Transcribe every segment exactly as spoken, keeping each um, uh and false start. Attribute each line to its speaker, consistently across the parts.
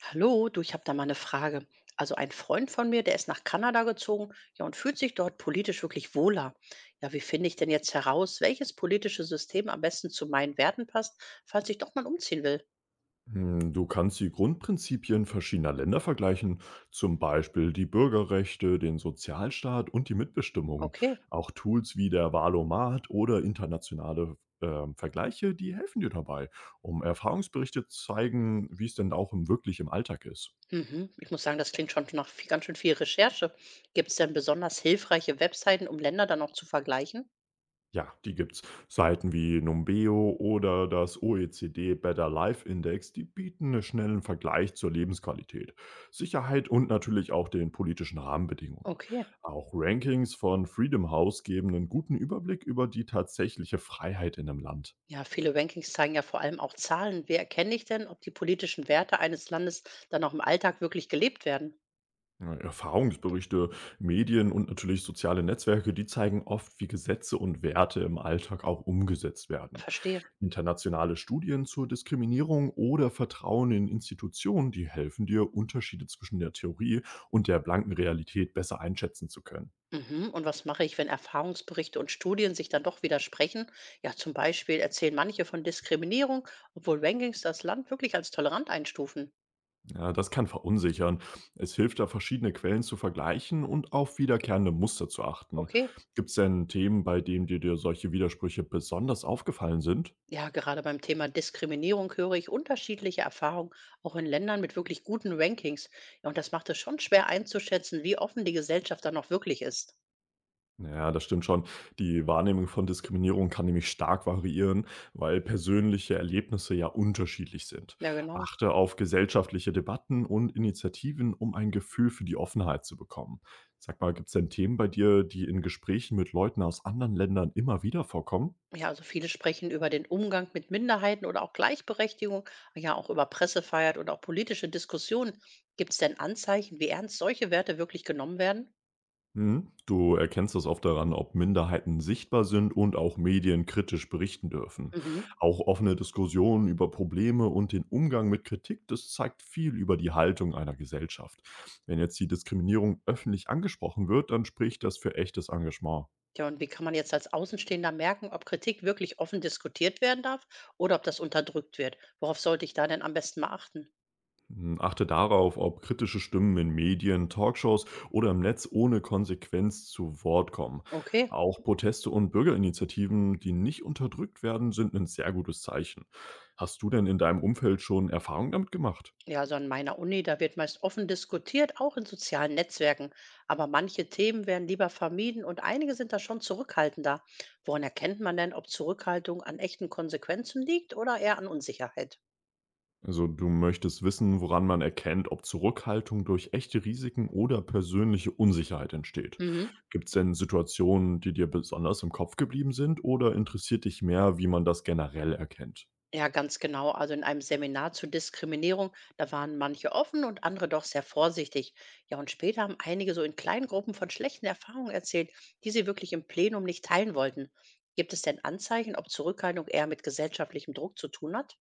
Speaker 1: Hallo, du, ich habe da mal eine Frage. Also ein Freund von mir, der ist nach Kanada gezogen, ja, und fühlt sich dort politisch wirklich wohler. Ja, wie finde ich denn jetzt heraus, welches politische System am besten zu meinen Werten passt, falls ich doch mal umziehen will?
Speaker 2: Hm, Du kannst die Grundprinzipien verschiedener Länder vergleichen, zum Beispiel die Bürgerrechte, den Sozialstaat und die Mitbestimmung.
Speaker 1: Okay.
Speaker 2: Auch Tools wie der Wahlomat oder internationale ähm, Vergleiche, die helfen dir dabei, um Erfahrungsberichte zu zeigen, wie es denn auch im, wirklich im Alltag ist.
Speaker 1: Mhm. Ich muss sagen, das klingt schon nach viel, ganz schön viel Recherche. Gibt es denn besonders hilfreiche Webseiten, um Länder dann auch zu vergleichen?
Speaker 2: Ja, die gibt's. Seiten wie Numbeo oder das O E C D Better Life Index, die bieten einen schnellen Vergleich zur Lebensqualität, Sicherheit und natürlich auch den politischen Rahmenbedingungen.
Speaker 1: Okay.
Speaker 2: Auch Rankings von Freedom House geben einen guten Überblick über die tatsächliche Freiheit in einem Land.
Speaker 1: Ja, viele Rankings zeigen ja vor allem auch Zahlen. Wie erkenne ich denn, ob die politischen Werte eines Landes dann auch im Alltag wirklich gelebt werden?
Speaker 2: Ja, Erfahrungsberichte, Medien und natürlich soziale Netzwerke, die zeigen oft, wie Gesetze und Werte im Alltag auch umgesetzt werden.
Speaker 1: Verstehe.
Speaker 2: Internationale Studien zur Diskriminierung oder Vertrauen in Institutionen, die helfen dir, Unterschiede zwischen der Theorie und der blanken Realität besser einschätzen zu können.
Speaker 1: Mhm. Und was mache ich, wenn Erfahrungsberichte und Studien sich dann doch widersprechen? Ja, zum Beispiel erzählen manche von Diskriminierung, obwohl Rankings das Land wirklich als tolerant einstufen.
Speaker 2: Ja, das kann verunsichern. Es hilft da, verschiedene Quellen zu vergleichen und auf wiederkehrende Muster zu achten.
Speaker 1: Okay.
Speaker 2: Gibt es denn Themen, bei denen dir, dir solche Widersprüche besonders aufgefallen sind?
Speaker 1: Ja, gerade beim Thema Diskriminierung höre ich unterschiedliche Erfahrungen, auch in Ländern mit wirklich guten Rankings. Ja, und das macht es schon schwer einzuschätzen, wie offen die Gesellschaft dann noch wirklich ist.
Speaker 2: Ja, das stimmt schon. Die Wahrnehmung von Diskriminierung kann nämlich stark variieren, weil persönliche Erlebnisse ja unterschiedlich sind.
Speaker 1: Ja, genau.
Speaker 2: Achte auf gesellschaftliche Debatten und Initiativen, um ein Gefühl für die Offenheit zu bekommen. Sag mal, gibt es denn Themen bei dir, die in Gesprächen mit Leuten aus anderen Ländern immer wieder vorkommen?
Speaker 1: Ja, also viele sprechen über den Umgang mit Minderheiten oder auch Gleichberechtigung, ja auch über Pressefreiheit und auch politische Diskussionen. Gibt es denn Anzeichen, wie ernst solche Werte wirklich genommen werden?
Speaker 2: Mhm. Du erkennst es oft daran, ob Minderheiten sichtbar sind und auch Medien kritisch berichten dürfen.
Speaker 1: Mhm.
Speaker 2: Auch offene Diskussionen über Probleme und den Umgang mit Kritik, das zeigt viel über die Haltung einer Gesellschaft. Wenn jetzt die Diskriminierung öffentlich angesprochen wird, dann spricht das für echtes Engagement.
Speaker 1: Ja, und wie kann man jetzt als Außenstehender merken, ob Kritik wirklich offen diskutiert werden darf oder ob das unterdrückt wird? Worauf sollte ich da denn am besten mal achten?
Speaker 2: Hm, Achte darauf, ob kritische Stimmen in Medien, Talkshows oder im Netz ohne Konsequenz zu Wort kommen.
Speaker 1: Okay.
Speaker 2: Auch Proteste und Bürgerinitiativen, die nicht unterdrückt werden, sind ein sehr gutes Zeichen. Hast du denn in deinem Umfeld schon Erfahrungen damit gemacht?
Speaker 1: Ja, also an meiner Uni, da wird meist offen diskutiert, auch in sozialen Netzwerken. Aber manche Themen werden lieber vermieden und einige sind da schon zurückhaltender. Woran erkennt man denn, ob Zurückhaltung an echten Konsequenzen liegt oder eher an Unsicherheit?
Speaker 2: Also du möchtest wissen, woran man erkennt, ob Zurückhaltung durch echte Risiken oder persönliche Unsicherheit entsteht.
Speaker 1: Mhm.
Speaker 2: Gibt es denn Situationen, die dir besonders im Kopf geblieben sind oder interessiert dich mehr, wie man das generell erkennt?
Speaker 1: Ja, ganz genau. Also in einem Seminar zur Diskriminierung, da waren manche offen und andere doch sehr vorsichtig. Ja, und später haben einige so in kleinen Gruppen von schlechten Erfahrungen erzählt, die sie wirklich im Plenum nicht teilen wollten. Gibt es denn Anzeichen, ob Zurückhaltung eher mit gesellschaftlichem Druck zu tun hat?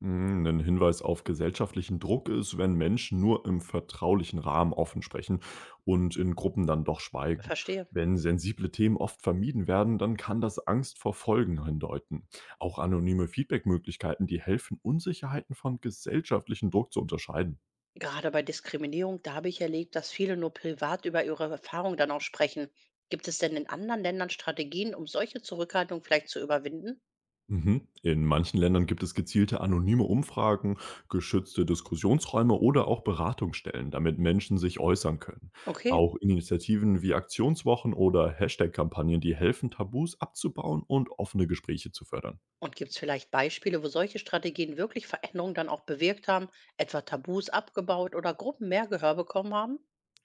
Speaker 2: Mm, Ein Hinweis auf gesellschaftlichen Druck ist, wenn Menschen nur im vertraulichen Rahmen offen sprechen und in Gruppen dann doch schweigen.
Speaker 1: Verstehe.
Speaker 2: Wenn sensible Themen oft vermieden werden, dann kann das Angst vor Folgen hindeuten. Auch anonyme Feedbackmöglichkeiten, die helfen, Unsicherheiten von gesellschaftlichem Druck zu unterscheiden.
Speaker 1: Gerade bei Diskriminierung, da habe ich erlebt, dass viele nur privat über ihre Erfahrung dann auch sprechen. Gibt es denn in anderen Ländern Strategien, um solche Zurückhaltung vielleicht zu überwinden?
Speaker 2: Mhm. In manchen Ländern gibt es gezielte anonyme Umfragen, geschützte Diskussionsräume oder auch Beratungsstellen, damit Menschen sich äußern können.
Speaker 1: Okay.
Speaker 2: Auch Initiativen wie Aktionswochen oder Hashtag-Kampagnen, die helfen, Tabus abzubauen und offene Gespräche zu fördern.
Speaker 1: Und gibt es vielleicht Beispiele, wo solche Strategien wirklich Veränderungen dann auch bewirkt haben, etwa Tabus abgebaut oder Gruppen mehr Gehör bekommen haben?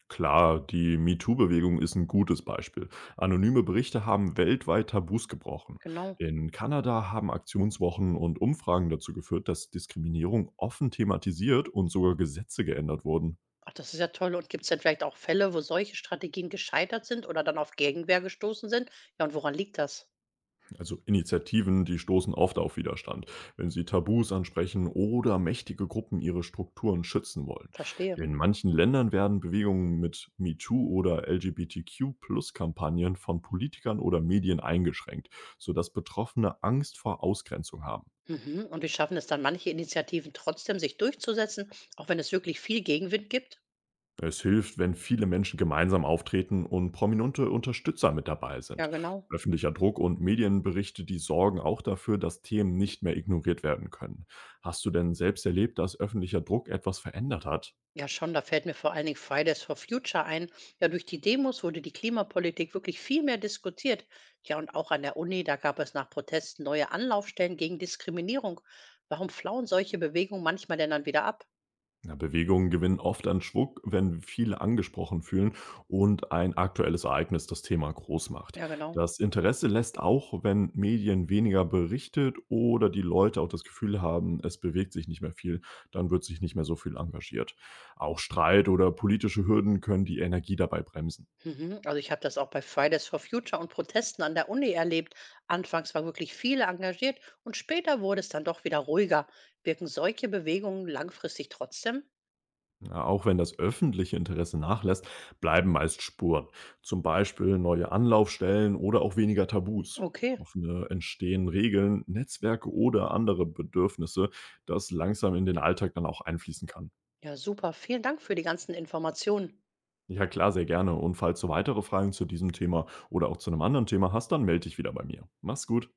Speaker 2: Klar, die MeToo-Bewegung ist ein gutes Beispiel. Anonyme Berichte haben weltweit Tabus gebrochen.
Speaker 1: Genau.
Speaker 2: In Kanada haben Aktionswochen und Umfragen dazu geführt, dass Diskriminierung offen thematisiert und sogar Gesetze geändert wurden.
Speaker 1: Ach, das ist ja toll. Und gibt es denn vielleicht auch Fälle, wo solche Strategien gescheitert sind oder dann auf Gegenwehr gestoßen sind? Ja, und woran liegt das?
Speaker 2: Also Initiativen, die stoßen oft auf Widerstand, wenn sie Tabus ansprechen oder mächtige Gruppen ihre Strukturen schützen wollen.
Speaker 1: Verstehe.
Speaker 2: In manchen Ländern werden Bewegungen mit MeToo oder L G B T Q-Plus-Kampagnen von Politikern oder Medien eingeschränkt, sodass Betroffene Angst vor Ausgrenzung haben.
Speaker 1: Mhm. Und wie schaffen es dann manche Initiativen trotzdem, sich durchzusetzen, auch wenn es wirklich viel Gegenwind gibt?
Speaker 2: Es hilft, wenn viele Menschen gemeinsam auftreten und prominente Unterstützer mit dabei
Speaker 1: Ja,
Speaker 2: sind.
Speaker 1: genau.
Speaker 2: Öffentlicher Druck und Medienberichte, die sorgen auch dafür, dass Themen nicht mehr ignoriert werden können. Hast du denn selbst erlebt, dass öffentlicher Druck etwas verändert hat?
Speaker 1: Ja, schon, da fällt mir vor allen Dingen Fridays for Future ein. Ja, durch die Demos wurde die Klimapolitik wirklich viel mehr diskutiert. Ja, und auch an der Uni, da gab es nach Protesten neue Anlaufstellen gegen Diskriminierung. Warum flauen solche Bewegungen manchmal denn dann wieder ab?
Speaker 2: Ja, Bewegungen gewinnen oft an Schwung, wenn viele angesprochen fühlen und ein aktuelles Ereignis das Thema groß macht.
Speaker 1: Ja, genau.
Speaker 2: Das Interesse lässt auch, wenn Medien weniger berichtet oder die Leute auch das Gefühl haben, es bewegt sich nicht mehr viel, dann wird sich nicht mehr so viel engagiert. Auch Streit oder politische Hürden können die Energie dabei bremsen.
Speaker 1: Mhm. Also ich habe das auch bei Fridays for Future und Protesten an der Uni erlebt. Anfangs war wirklich viele engagiert und später wurde es dann doch wieder ruhiger. Wirken solche Bewegungen langfristig trotzdem?
Speaker 2: Ja, auch wenn das öffentliche Interesse nachlässt, bleiben meist Spuren, zum Beispiel neue Anlaufstellen oder auch weniger Tabus.
Speaker 1: Okay,
Speaker 2: Offene entstehen Regeln, Netzwerke oder andere Bedürfnisse, das langsam in den Alltag dann auch einfließen kann.
Speaker 1: ja super. Vielen Dank für die ganzen Informationen.
Speaker 2: Ja klar, sehr gerne. Und falls du weitere Fragen zu diesem Thema oder auch zu einem anderen Thema hast, dann melde dich wieder bei mir. Mach's gut.